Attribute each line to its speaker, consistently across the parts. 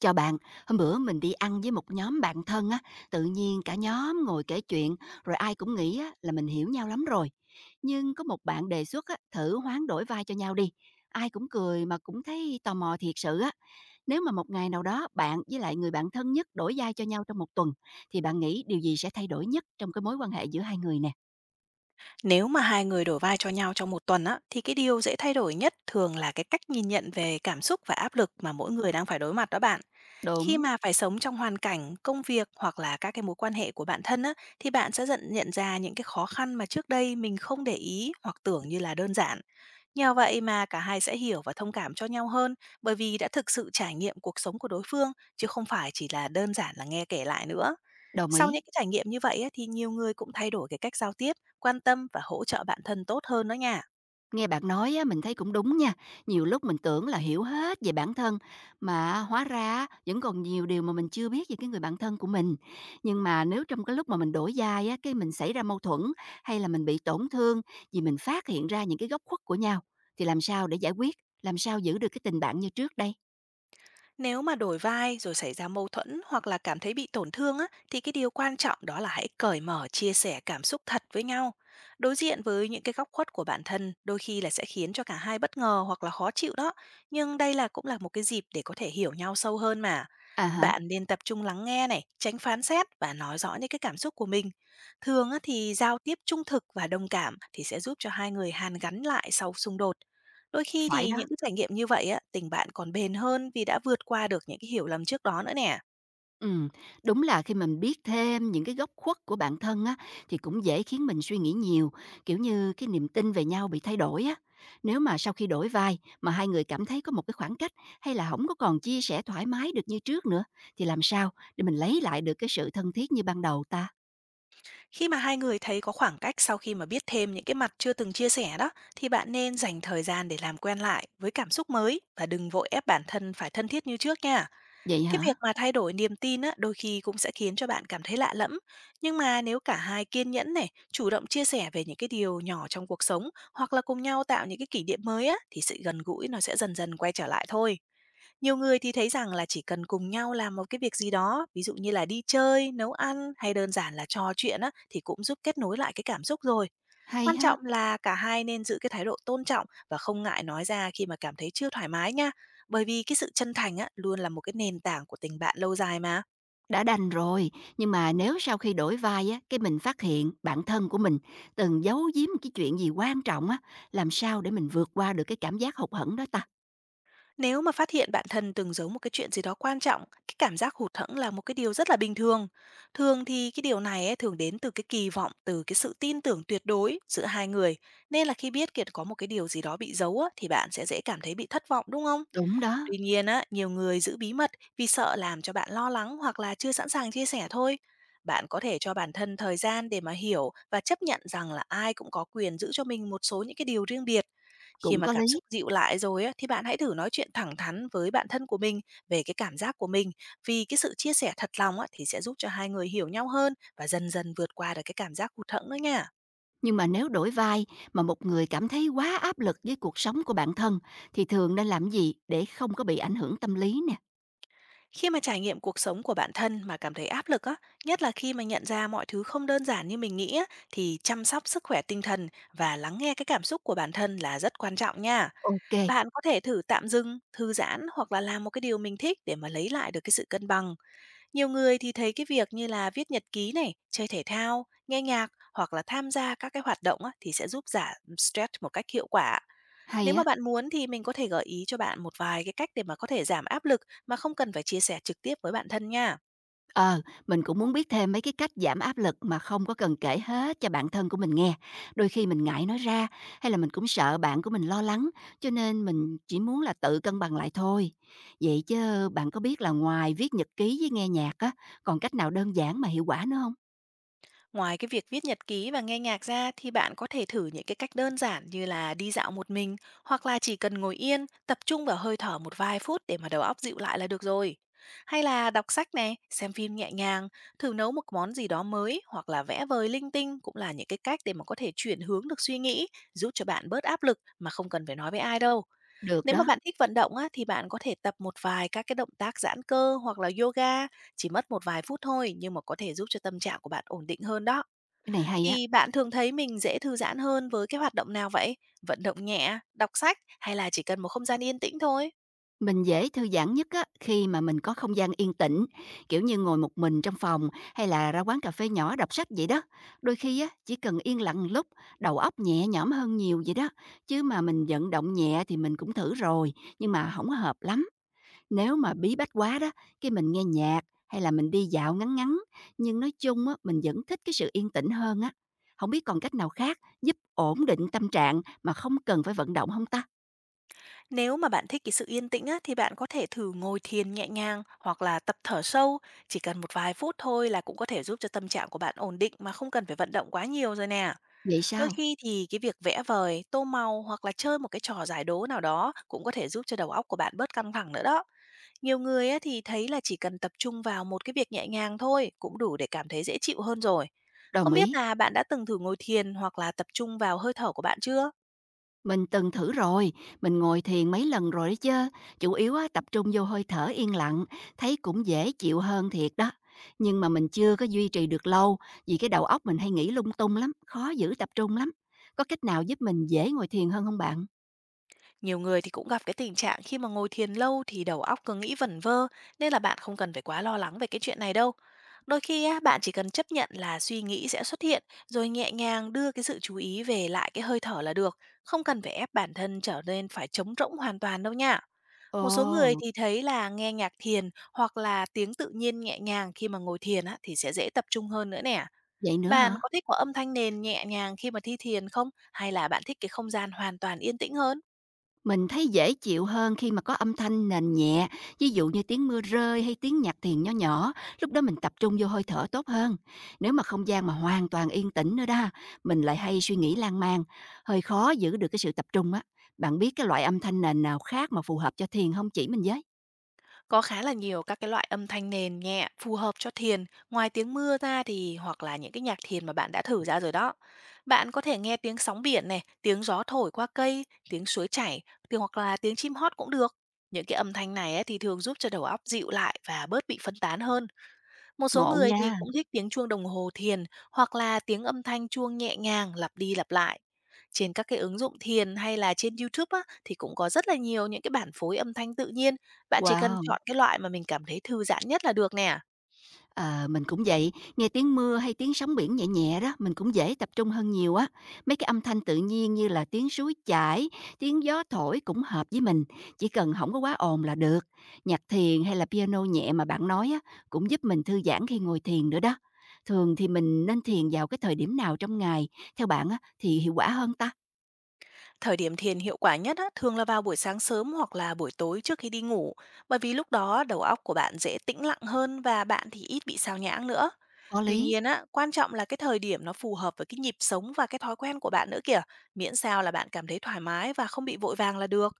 Speaker 1: Chào bạn, hôm bữa mình đi ăn với một nhóm bạn thân á, tự nhiên cả nhóm ngồi kể chuyện, rồi ai cũng nghĩ á, là mình hiểu nhau lắm rồi. Nhưng có một bạn đề xuất á, thử hoán đổi vai cho nhau đi. Ai cũng cười mà cũng thấy tò mò thiệt sự á. Nếu mà một ngày nào đó bạn với lại người bạn thân nhất đổi vai cho nhau trong một tuần, thì bạn nghĩ điều gì sẽ thay đổi nhất trong cái mối quan hệ giữa hai người nè?
Speaker 2: Nếu mà hai người đổi vai cho nhau trong một tuần á, thì cái điều dễ thay đổi nhất thường là cái cách nhìn nhận về cảm xúc và áp lực mà mỗi người đang phải đối mặt đó bạn. Khi
Speaker 1: Đúng,
Speaker 2: mà phải sống trong hoàn cảnh, công việc hoặc là các cái mối quan hệ của bản thân á, thì bạn sẽ dần nhận ra những cái khó khăn mà trước đây mình không để ý hoặc tưởng như là đơn giản. Nhờ vậy mà cả hai sẽ hiểu và thông cảm cho nhau hơn, bởi vì đã thực sự trải nghiệm cuộc sống của đối phương chứ không phải chỉ là đơn giản là nghe kể lại nữa.
Speaker 1: đồng
Speaker 2: Sau
Speaker 1: ý.
Speaker 2: những cái trải nghiệm như vậy á, thì nhiều người cũng thay đổi cái cách giao tiếp, quan tâm và hỗ trợ bản thân tốt hơn đó nha.
Speaker 1: Nghe bạn nói á, mình thấy cũng đúng nha. Nhiều lúc mình tưởng là hiểu hết về bản thân mà hóa ra á, vẫn còn nhiều điều mà mình chưa biết về cái người bạn thân của mình. Nhưng mà nếu trong cái lúc mà mình đổi vai á, cái mình xảy ra mâu thuẫn hay là mình bị tổn thương vì mình phát hiện ra những cái góc khuất của nhau thì làm sao để giải quyết, làm sao giữ được cái tình bạn như trước đây?
Speaker 2: Nếu mà đổi vai rồi xảy ra mâu thuẫn hoặc là cảm thấy bị tổn thương á, thì cái điều quan trọng đó là hãy cởi mở chia sẻ cảm xúc thật với nhau. Đối diện với những cái góc khuất của bản thân đôi khi là sẽ khiến cho cả hai bất ngờ hoặc là khó chịu đó. Nhưng đây là cũng là một cái dịp để có thể hiểu nhau sâu hơn mà.
Speaker 1: À hả,
Speaker 2: Bạn nên tập trung lắng nghe này, tránh phán xét và nói rõ những cái cảm xúc của mình. Thường á, thì giao tiếp trung thực và đồng cảm thì sẽ giúp cho hai người hàn gắn lại sau xung đột. Đôi khi
Speaker 1: phải
Speaker 2: thì
Speaker 1: đó.
Speaker 2: những cái trải nghiệm như vậy á, tình bạn còn bền hơn vì đã vượt qua được những cái hiểu lầm trước đó nữa nè.
Speaker 1: Ừm, đúng là khi mình biết thêm những cái góc khuất của bản thân á, thì cũng dễ khiến mình suy nghĩ nhiều, kiểu như, cái niềm tin về nhau bị thay đổi á. Nếu mà sau khi đổi vai mà hai người cảm thấy có một cái khoảng cách hay là không có còn chia sẻ thoải mái được như trước nữa, thì làm sao để mình lấy lại được cái sự thân thiết như ban đầu ta?
Speaker 2: Khi mà hai người thấy có khoảng cách sau khi mà biết thêm những cái mặt chưa từng chia sẻ đó, thì bạn nên dành thời gian để làm quen lại với cảm xúc mới và đừng vội ép bản thân phải thân thiết như trước nha.
Speaker 1: Vậy
Speaker 2: Cái
Speaker 1: hả?
Speaker 2: việc mà thay đổi niềm tin á, đôi khi cũng sẽ khiến cho bạn cảm thấy lạ lẫm. Nhưng mà nếu cả hai kiên nhẫn này, chủ động chia sẻ về những cái điều nhỏ trong cuộc sống hoặc là cùng nhau tạo những cái kỷ niệm mới á, thì sự gần gũi nó sẽ dần dần quay trở lại thôi. Nhiều người thì thấy rằng là chỉ cần cùng nhau làm một cái việc gì đó, ví dụ như là đi chơi, nấu ăn hay đơn giản là trò chuyện á, thì cũng giúp kết nối lại cái cảm xúc rồi.
Speaker 1: Hay
Speaker 2: Quan
Speaker 1: ha!
Speaker 2: trọng là cả hai nên giữ cái thái độ tôn trọng và không ngại nói ra khi mà cảm thấy chưa thoải mái nha. Bởi vì cái sự chân thành á, luôn là một cái nền tảng của tình bạn lâu dài mà.
Speaker 1: Đã đành rồi, nhưng mà nếu sau khi đổi vai á, cái mình phát hiện bản thân của mình từng giấu giếm cái chuyện gì quan trọng á, làm sao để mình vượt qua được cái cảm giác hụt hẫng đó ta?
Speaker 2: Nếu mà phát hiện bạn thân từng giấu một cái chuyện gì đó quan trọng, cái cảm giác hụt hẫng là một cái điều rất là bình thường. Thường thì cái điều này ấy, thường đến từ cái kỳ vọng, từ cái sự tin tưởng tuyệt đối giữa hai người. Nên là khi biết kiệt có một cái điều gì đó bị giấu á, thì bạn sẽ dễ cảm thấy bị thất vọng đúng không?
Speaker 1: Đúng đó.
Speaker 2: Tuy nhiên á, nhiều người giữ bí mật vì sợ làm cho bạn lo lắng hoặc là chưa sẵn sàng chia sẻ thôi. Bạn có thể cho bản thân thời gian để mà hiểu và chấp nhận rằng là ai cũng có quyền giữ cho mình một số những cái điều riêng biệt. Khi
Speaker 1: Cũng
Speaker 2: mà
Speaker 1: có
Speaker 2: cảm
Speaker 1: lý,
Speaker 2: xúc dịu lại rồi á, thì bạn hãy thử nói chuyện thẳng thắn với bản thân của mình về cái cảm giác của mình, vì cái sự chia sẻ thật lòng á, thì sẽ giúp cho hai người hiểu nhau hơn và dần dần vượt qua được cái cảm giác hụt hẫng đó nha.
Speaker 1: nhưng mà nếu đổi vai mà một người cảm thấy quá áp lực với cuộc sống của bản thân thì thường nên làm gì để không có bị ảnh hưởng tâm lý nè?
Speaker 2: Khi mà trải nghiệm cuộc sống của bản thân mà cảm thấy áp lực á, nhất là khi mà nhận ra mọi thứ không đơn giản như mình nghĩ á, thì chăm sóc sức khỏe tinh thần và lắng nghe cái cảm xúc của bản thân là rất quan trọng nha.
Speaker 1: Ok,
Speaker 2: Bạn có thể thử tạm dừng, thư giãn hoặc là làm một cái điều mình thích để mà lấy lại được cái sự cân bằng. Nhiều người thì thấy cái việc như là viết nhật ký này, chơi thể thao, nghe nhạc hoặc là tham gia các cái hoạt động á, thì sẽ giúp giảm stress một cách hiệu quả. Nếu
Speaker 1: hay
Speaker 2: mà
Speaker 1: á.
Speaker 2: bạn muốn thì mình có thể gợi ý cho bạn một vài cái cách để mà có thể giảm áp lực mà không cần phải chia sẻ trực tiếp với bạn thân nha.
Speaker 1: Ờ, mình cũng muốn biết thêm mấy cái cách giảm áp lực mà không có cần kể hết cho bản thân của mình nghe. Đôi khi mình ngại nói ra hay là mình cũng sợ bạn của mình lo lắng, cho nên mình chỉ muốn là tự cân bằng lại thôi. Vậy chứ bạn có biết là ngoài viết nhật ký với nghe nhạc á, còn cách nào đơn giản mà hiệu quả nữa không?
Speaker 2: Ngoài cái việc viết nhật ký và nghe nhạc ra thì bạn có thể thử những cái cách đơn giản như là đi dạo một mình hoặc là chỉ cần ngồi yên, tập trung vào hơi thở một vài phút để mà đầu óc dịu lại là được rồi. Hay là đọc sách này, xem phim nhẹ nhàng, thử nấu một món gì đó mới hoặc là vẽ vời linh tinh cũng là những cái cách để mà có thể chuyển hướng được suy nghĩ, giúp cho bạn bớt áp lực mà không cần phải nói với ai đâu.
Speaker 1: Được
Speaker 2: Nếu mà
Speaker 1: đó,
Speaker 2: bạn thích vận động á, thì bạn có thể tập một vài các cái động tác giãn cơ hoặc là yoga, chỉ mất một vài phút thôi nhưng mà có thể giúp cho tâm trạng của bạn ổn định hơn đó.
Speaker 1: cái này hay á.
Speaker 2: Thì bạn thường thấy mình dễ thư giãn hơn với cái hoạt động nào vậy? Vận động nhẹ, đọc sách hay là chỉ cần một không gian yên tĩnh thôi?
Speaker 1: Mình dễ thư giãn nhất á, khi mà mình có không gian yên tĩnh, kiểu như ngồi một mình trong phòng hay là ra quán cà phê nhỏ đọc sách vậy đó. Đôi khi á, chỉ cần yên lặng một lúc, đầu óc nhẹ nhõm hơn nhiều vậy đó. Chứ mà mình vận động nhẹ thì mình cũng thử rồi, nhưng mà hổng hợp lắm. Nếu mà bí bách quá đó, cái mình nghe nhạc hay là mình đi dạo ngắn ngắn, nhưng nói chung á, mình vẫn thích cái sự yên tĩnh hơn á. Không biết còn cách nào khác giúp ổn định tâm trạng mà không cần phải vận động không ta?
Speaker 2: Nếu mà bạn thích cái sự yên tĩnh á, thì bạn có thể thử ngồi thiền nhẹ nhàng hoặc là tập thở sâu, chỉ cần một vài phút thôi là cũng có thể giúp cho tâm trạng của bạn ổn định mà không cần phải vận động quá nhiều rồi nè.
Speaker 1: Vậy
Speaker 2: Đôi
Speaker 1: sao?
Speaker 2: khi thì cái việc vẽ vời, tô màu hoặc là chơi một cái trò giải đố nào đó cũng có thể giúp cho đầu óc của bạn bớt căng thẳng nữa đó. Nhiều người á thì thấy là chỉ cần tập trung vào một cái việc nhẹ nhàng thôi cũng đủ để cảm thấy dễ chịu hơn rồi.
Speaker 1: Đồng
Speaker 2: Không biết
Speaker 1: ý.
Speaker 2: là bạn đã từng thử ngồi thiền hoặc là tập trung vào hơi thở của bạn chưa?
Speaker 1: Mình từng thử rồi, mình ngồi thiền mấy lần rồi đó chứ, chủ yếu á, tập trung vô hơi thở yên lặng, thấy cũng dễ chịu hơn thiệt đó. Nhưng mà mình chưa có duy trì được lâu, vì cái đầu óc mình hay nghĩ lung tung lắm, khó giữ tập trung lắm. Có cách nào giúp mình dễ ngồi thiền hơn không bạn?
Speaker 2: Nhiều người thì cũng gặp cái tình trạng khi mà ngồi thiền lâu thì đầu óc cứ nghĩ vẩn vơ, nên là bạn không cần phải quá lo lắng về cái chuyện này đâu. Đôi khi á, bạn chỉ cần chấp nhận là suy nghĩ sẽ xuất hiện, rồi nhẹ nhàng đưa cái sự chú ý về lại cái hơi thở là được, không cần phải ép bản thân trở nên phải trống rỗng hoàn toàn đâu nha. Một số người
Speaker 1: Ồ,
Speaker 2: thì thấy là nghe nhạc thiền hoặc là tiếng tự nhiên nhẹ nhàng khi mà ngồi thiền á, thì sẽ dễ tập trung hơn nữa nè.
Speaker 1: vậy nữa
Speaker 2: Bạn
Speaker 1: hả?
Speaker 2: có thích có âm thanh nền nhẹ nhàng khi mà thi thiền không? Hay là bạn thích cái không gian hoàn toàn yên tĩnh hơn?
Speaker 1: Mình thấy dễ chịu hơn khi mà có âm thanh nền nhẹ, ví dụ như tiếng mưa rơi hay tiếng nhạc thiền nho nhỏ, lúc đó mình tập trung vô hơi thở tốt hơn. Nếu mà không gian mà hoàn toàn yên tĩnh nữa đó, mình lại hay suy nghĩ lan man, hơi khó giữ được cái sự tập trung á. Bạn biết cái loại âm thanh nền nào khác mà phù hợp cho thiền không chỉ mình với?
Speaker 2: Có khá là nhiều các cái loại âm thanh nền nhẹ phù hợp cho thiền, ngoài tiếng mưa ra thì hoặc là những cái nhạc thiền mà bạn đã thử ra rồi đó. Bạn có thể nghe tiếng sóng biển này, tiếng gió thổi qua cây, tiếng suối chảy, tiếng hoặc là tiếng chim hót cũng được. Những cái âm thanh này ấy thì thường giúp cho đầu óc dịu lại và bớt bị phân tán hơn. Một số
Speaker 1: Ngộ
Speaker 2: người thì
Speaker 1: nha.
Speaker 2: cũng thích tiếng chuông đồng hồ thiền hoặc là tiếng âm thanh chuông nhẹ nhàng lặp đi lặp lại. Trên các cái ứng dụng thiền hay là trên YouTube á, thì cũng có rất là nhiều những cái bản phối âm thanh tự nhiên. Bạn chỉ cần
Speaker 1: Wow.
Speaker 2: chọn cái loại mà mình cảm thấy thư giãn nhất là được nè.
Speaker 1: Ờ, mình cũng vậy, nghe tiếng mưa hay tiếng sóng biển nhẹ nhẹ đó, mình cũng dễ tập trung hơn nhiều á. Mấy cái âm thanh tự nhiên như là tiếng suối chảy, tiếng gió thổi cũng hợp với mình, chỉ cần không có quá ồn là được. Nhạc thiền hay là piano nhẹ mà bạn nói á, cũng giúp mình thư giãn khi ngồi thiền nữa đó. Thường thì mình nên thiền vào cái thời điểm nào trong ngày, theo bạn á, thì hiệu quả hơn ta?
Speaker 2: Thời điểm thiền hiệu quả nhất á, thường là vào buổi sáng sớm hoặc là buổi tối trước khi đi ngủ, bởi vì lúc đó đầu óc của bạn dễ tĩnh lặng hơn và bạn thì ít bị sao nhãng nữa.
Speaker 1: Có
Speaker 2: Tuy
Speaker 1: lý,
Speaker 2: nhiên á, quan trọng là cái thời điểm nó phù hợp với cái nhịp sống và cái thói quen của bạn nữa kìa, miễn sao là bạn cảm thấy thoải mái và không bị vội vàng là được.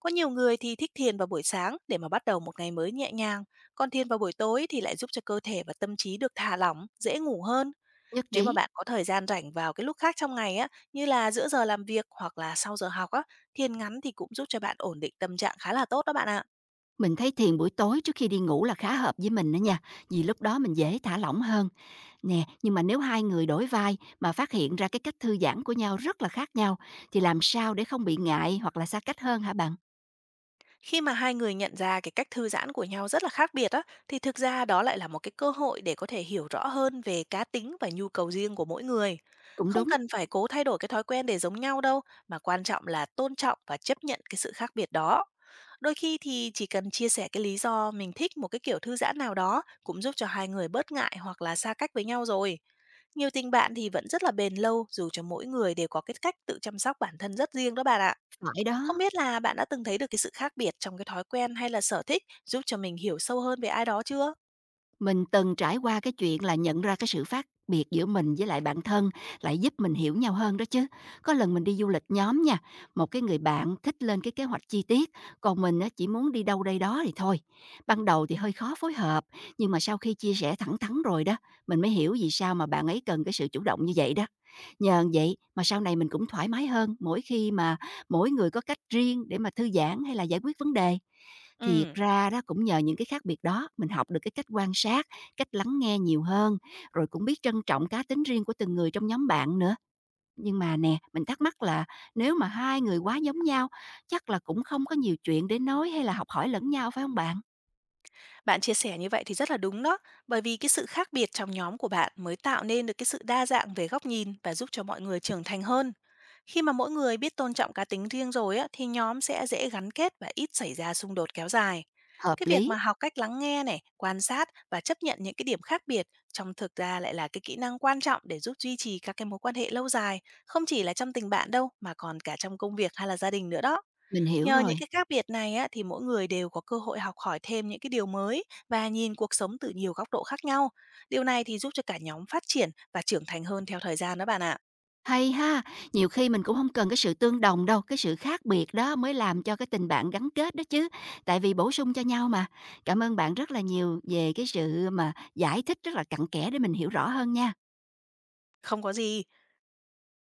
Speaker 2: Có nhiều người thì thích thiền vào buổi sáng để mà bắt đầu một ngày mới nhẹ nhàng, còn thiền vào buổi tối thì lại giúp cho cơ thể và tâm trí được thả lỏng, dễ ngủ hơn.
Speaker 1: nhất
Speaker 2: Nếu mà
Speaker 1: trí.
Speaker 2: bạn có thời gian rảnh vào cái lúc khác trong ngày á, như là giữa giờ làm việc hoặc là sau giờ học á, thiền ngắn thì cũng giúp cho bạn ổn định tâm trạng khá là tốt đó bạn ạ.
Speaker 1: Mình thấy thiền buổi tối trước khi đi ngủ là khá hợp với mình đó nha, vì lúc đó mình dễ thả lỏng hơn. Nè, nhưng mà nếu hai người đổi vai mà phát hiện ra cái cách thư giãn của nhau rất là khác nhau thì làm sao để không bị ngại hoặc là xa cách hơn hả bạn?
Speaker 2: Khi mà hai người nhận ra cái cách thư giãn của nhau rất là khác biệt á, thì thực ra đó lại là một cái cơ hội để có thể hiểu rõ hơn về cá tính và nhu cầu riêng của mỗi người.
Speaker 1: Cũng
Speaker 2: Không
Speaker 1: đúng,
Speaker 2: cần phải cố thay đổi cái thói quen để giống nhau đâu, mà quan trọng là tôn trọng và chấp nhận cái sự khác biệt đó. Đôi khi thì chỉ cần chia sẻ cái lý do mình thích một cái kiểu thư giãn nào đó cũng giúp cho hai người bớt ngại hoặc là xa cách với nhau rồi. Nhiều tình bạn thì vẫn rất là bền lâu dù cho mỗi người đều có cái cách tự chăm sóc bản thân rất riêng đó bạn ạ.
Speaker 1: phải
Speaker 2: Không
Speaker 1: đó.
Speaker 2: biết là bạn đã từng thấy được cái sự khác biệt trong cái thói quen hay là sở thích giúp cho mình hiểu sâu hơn về ai đó chưa?
Speaker 1: Mình từng trải qua cái chuyện là nhận ra cái sự khác biệt giữa mình với lại bạn thân lại giúp mình hiểu nhau hơn đó chứ. Có lần mình đi du lịch nhóm nha, một cái người bạn thích lên cái kế hoạch chi tiết, còn mình á, chỉ muốn đi đâu đây đó thì thôi. Ban đầu thì hơi khó phối hợp, nhưng mà sau khi chia sẻ thẳng thắn rồi đó, mình mới hiểu vì sao mà bạn ấy cần cái sự chủ động như vậy đó. Nhờ vậy mà sau này mình cũng thoải mái hơn mỗi khi mà mỗi người có cách riêng để mà thư giãn hay là giải quyết vấn đề. Thiệt
Speaker 2: Ừ.
Speaker 1: ra đó cũng nhờ những cái khác biệt đó, mình học được cái cách quan sát, cách lắng nghe nhiều hơn, rồi cũng biết trân trọng cá tính riêng của từng người trong nhóm bạn nữa. Nhưng mà nè, mình thắc mắc là nếu mà hai người quá giống nhau, chắc là cũng không có nhiều chuyện để nói hay là học hỏi lẫn nhau phải không bạn?
Speaker 2: Bạn chia sẻ như vậy thì rất là đúng đó, bởi vì cái sự khác biệt trong nhóm của bạn mới tạo nên được cái sự đa dạng về góc nhìn và giúp cho mọi người trưởng thành hơn. Khi mà mỗi người biết tôn trọng cá tính riêng rồi á, thì nhóm sẽ dễ gắn kết và ít xảy ra xung đột kéo dài.
Speaker 1: Hợp
Speaker 2: Cái việc
Speaker 1: lý,
Speaker 2: mà học cách lắng nghe này, quan sát và chấp nhận những cái điểm khác biệt trong thực ra lại là cái kỹ năng quan trọng để giúp duy trì các cái mối quan hệ lâu dài, không chỉ là trong tình bạn đâu mà còn cả trong công việc hay là gia đình nữa đó.
Speaker 1: mình hiểu
Speaker 2: Nhờ những
Speaker 1: rồi.
Speaker 2: cái khác biệt này á, thì mỗi người đều có cơ hội học hỏi thêm những cái điều mới và nhìn cuộc sống từ nhiều góc độ khác nhau. Điều này thì giúp cho cả nhóm phát triển và trưởng thành hơn theo thời gian đó bạn ạ.
Speaker 1: Hay ha! Nhiều khi mình cũng không cần cái sự tương đồng đâu, cái sự khác biệt đó mới làm cho cái tình bạn gắn kết đó chứ, tại vì bổ sung cho nhau mà. Cảm ơn bạn rất là nhiều về cái sự mà giải thích rất là cặn kẽ để mình hiểu rõ hơn nha.
Speaker 2: Không có gì,